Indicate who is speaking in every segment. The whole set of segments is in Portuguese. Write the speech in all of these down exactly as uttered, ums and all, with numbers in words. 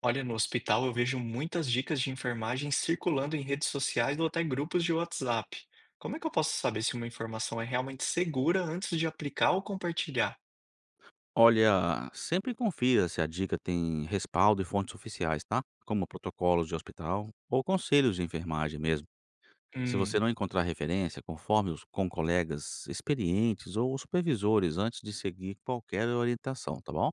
Speaker 1: Olha, no hospital eu vejo muitas dicas de enfermagem circulando em redes sociais ou até grupos de WhatsApp. Como é que eu posso saber se uma informação é realmente segura antes de aplicar ou compartilhar?
Speaker 2: Olha, sempre confira se a dica tem respaldo e fontes oficiais, tá? Como protocolos de hospital ou conselhos de enfermagem mesmo. Se você
Speaker 1: Hum.
Speaker 2: não encontrar referência, conforme os, com colegas experientes ou supervisores antes de seguir qualquer orientação, tá bom?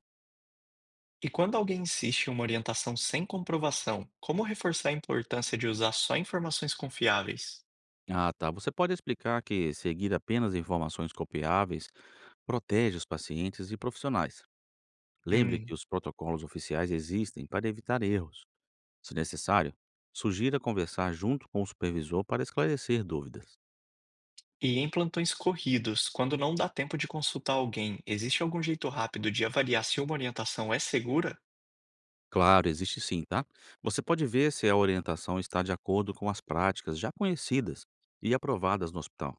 Speaker 1: E quando alguém insiste em uma orientação sem comprovação, como reforçar a importância de usar só informações confiáveis?
Speaker 2: Ah, tá. Você pode explicar que seguir apenas informações copiáveis protege os pacientes e profissionais. Lembre
Speaker 1: Hum.
Speaker 2: que os protocolos oficiais existem para evitar erros. Se necessário, sugira conversar junto com o supervisor para esclarecer dúvidas.
Speaker 1: E em plantões corridos, quando não dá tempo de consultar alguém, existe algum jeito rápido de avaliar se uma orientação é segura?
Speaker 2: Claro, existe sim, tá? Você pode ver se a orientação está de acordo com as práticas já conhecidas e aprovadas no hospital.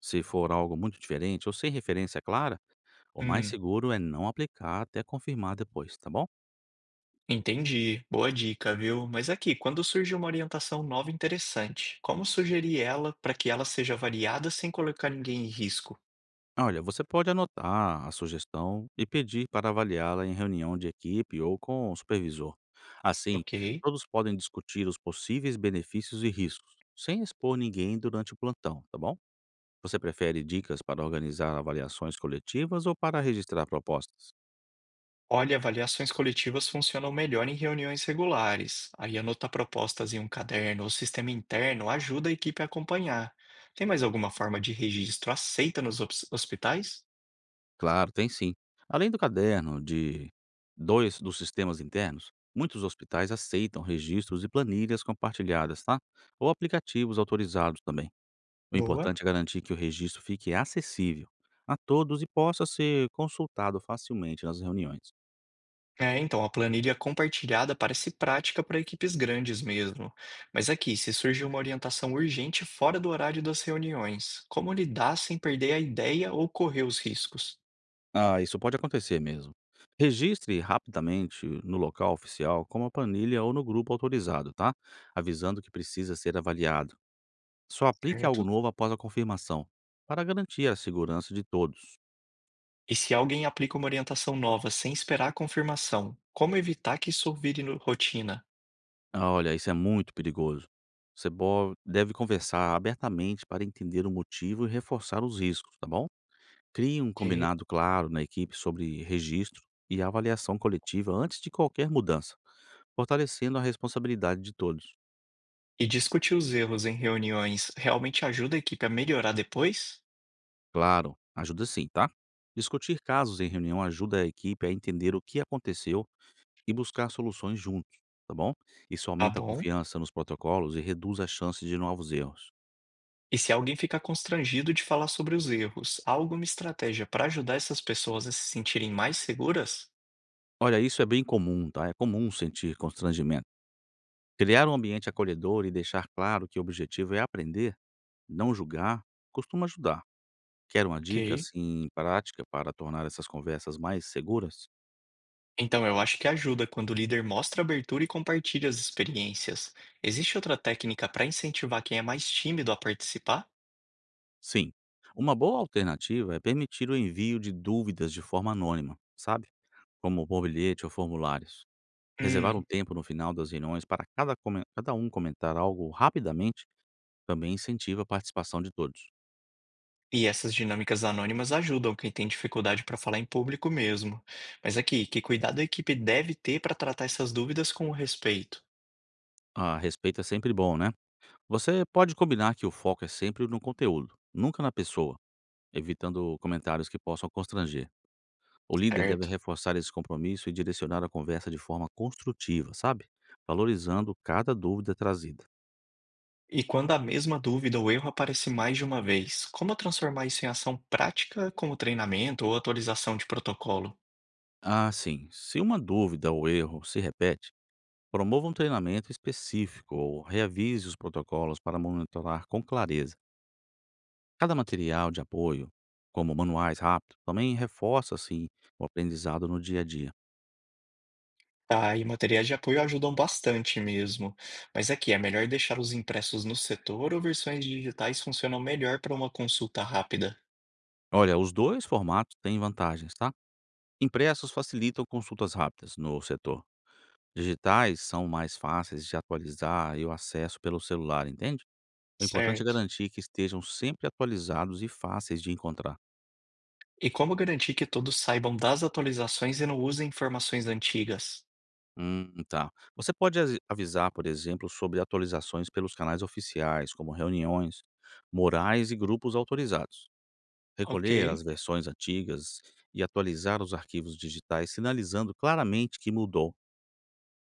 Speaker 2: Se for algo muito diferente ou sem referência clara, o mais
Speaker 1: Hum.
Speaker 2: seguro é não aplicar até confirmar depois, tá bom?
Speaker 1: Entendi, boa dica, viu? Mas aqui, quando surge uma orientação nova interessante, como sugerir ela para que ela seja variada sem colocar ninguém em risco?
Speaker 2: Olha, você pode anotar a sugestão e pedir para avaliá-la em reunião de equipe ou com o supervisor. Assim,
Speaker 1: Ok.
Speaker 2: todos podem discutir os possíveis benefícios e riscos, sem expor ninguém durante o plantão, tá bom? Você prefere dicas para organizar avaliações coletivas ou para registrar propostas?
Speaker 1: Olha, avaliações coletivas funcionam melhor em reuniões regulares. Aí anotar propostas em um caderno ou sistema interno ajuda a equipe a acompanhar. Tem mais alguma forma de registro aceita nos hos- hospitais?
Speaker 2: Claro, tem sim. Além do caderno de dois dos sistemas internos, muitos hospitais aceitam registros e planilhas compartilhadas, tá? Ou aplicativos autorizados também. O
Speaker 1: Boa.
Speaker 2: importante é garantir que o registro fique acessível a todos e possa ser consultado facilmente nas reuniões.
Speaker 1: É, então, a planilha compartilhada parece prática para equipes grandes mesmo. Mas aqui, se surge uma orientação urgente fora do horário das reuniões, como lidar sem perder a ideia ou correr os riscos,
Speaker 2: Ah, isso pode acontecer mesmo. Registre rapidamente no local oficial, como a planilha ou no grupo autorizado, tá? Avisando que precisa ser avaliado. Só aplique algo
Speaker 1: certo?
Speaker 2: novo após a confirmação, para garantir a segurança de todos.
Speaker 1: E se alguém aplica uma orientação nova sem esperar a confirmação, como evitar que isso vire no- rotina?
Speaker 2: Ah, olha, isso é muito perigoso. Você bo- deve conversar abertamente para entender o motivo e reforçar os riscos, tá bom? Crie um
Speaker 1: Ok.
Speaker 2: combinado claro na equipe sobre registro e avaliação coletiva antes de qualquer mudança, fortalecendo a responsabilidade de todos.
Speaker 1: E discutir os erros em reuniões realmente ajuda a equipe a melhorar depois?
Speaker 2: Claro, ajuda sim, tá? Discutir casos em reunião ajuda a equipe a entender o que aconteceu e buscar soluções juntos, tá bom? Isso
Speaker 1: Tá
Speaker 2: aumenta a
Speaker 1: bom?
Speaker 2: confiança nos protocolos e reduz a chance de novos erros.
Speaker 1: E se alguém ficar constrangido de falar sobre os erros, há alguma estratégia para ajudar essas pessoas a se sentirem mais seguras?
Speaker 2: Olha, isso é bem comum, tá? É comum sentir constrangimento. Criar um ambiente acolhedor e deixar claro que o objetivo é aprender, não julgar, costuma ajudar. Quer uma dica,
Speaker 1: Ok.
Speaker 2: assim, prática para tornar essas conversas mais seguras?
Speaker 1: Então, eu acho que ajuda quando o líder mostra abertura e compartilha as experiências. Existe outra técnica para incentivar quem é mais tímido a participar?
Speaker 2: Sim. Uma boa alternativa é permitir o envio de dúvidas de forma anônima, sabe? Como por bilhete ou formulários. Reservar um
Speaker 1: Hum.
Speaker 2: tempo no final das reuniões para cada, comen- cada um comentar algo rapidamente também incentiva a participação de todos.
Speaker 1: E essas dinâmicas anônimas ajudam quem tem dificuldade para falar em público mesmo. Mas aqui, que cuidado a equipe deve ter para tratar essas dúvidas com respeito?
Speaker 2: A respeito é sempre bom, né? Você pode combinar que o foco é sempre no conteúdo, nunca na pessoa, evitando comentários que possam constranger. O líder deve
Speaker 1: Certo.
Speaker 2: reforçar esse compromisso e direcionar a conversa de forma construtiva, sabe? Valorizando cada dúvida trazida.
Speaker 1: E quando a mesma dúvida ou erro aparece mais de uma vez, como transformar isso em ação prática, como treinamento ou atualização de protocolo?
Speaker 2: Ah, sim. Se uma dúvida ou erro se repete, promova um treinamento específico ou reavise os protocolos para monitorar com clareza. Cada material de apoio, como manuais rápidos, também reforça assim o aprendizado no dia a dia.
Speaker 1: Tá, e materiais de apoio ajudam bastante mesmo. Mas aqui, é melhor deixar os impressos no setor ou versões digitais funcionam melhor para uma consulta rápida?
Speaker 2: Olha, os dois formatos têm vantagens, tá? Impressos facilitam consultas rápidas no setor, digitais são mais fáceis de atualizar e o acesso pelo celular, entende? O importante é
Speaker 1: Certo.
Speaker 2: garantir que estejam sempre atualizados e fáceis de encontrar.
Speaker 1: E como garantir que todos saibam das atualizações e não usem informações antigas?
Speaker 2: Hum, tá. Você pode asi- avisar, por exemplo, sobre atualizações pelos canais oficiais, como reuniões, morais e grupos autorizados.
Speaker 1: Ok.
Speaker 2: Recolher as versões antigas e atualizar os arquivos digitais, sinalizando claramente que mudou.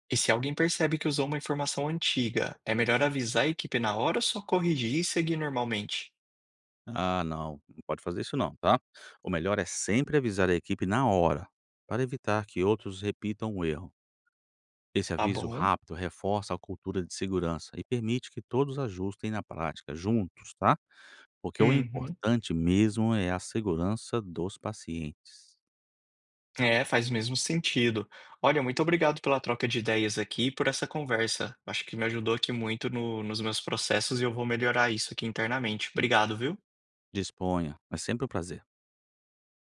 Speaker 1: E se alguém percebe que usou uma informação antiga, é melhor avisar a equipe na hora ou só corrigir e seguir normalmente?
Speaker 2: Ah, não, não pode fazer isso não, tá? O melhor é sempre avisar a equipe na hora, para evitar que outros repitam o erro. Esse
Speaker 1: Tá
Speaker 2: aviso
Speaker 1: bom.
Speaker 2: rápido reforça a cultura de segurança e permite que todos ajustem na prática juntos, tá? Porque o
Speaker 1: Uhum.
Speaker 2: importante mesmo é a segurança dos pacientes.
Speaker 1: É, faz mesmo sentido. Olha, muito obrigado pela troca de ideias aqui e por essa conversa. Acho que me ajudou aqui muito no- nos meus processos e eu vou melhorar isso aqui internamente. Obrigado, viu?
Speaker 2: Disponha, é sempre um prazer.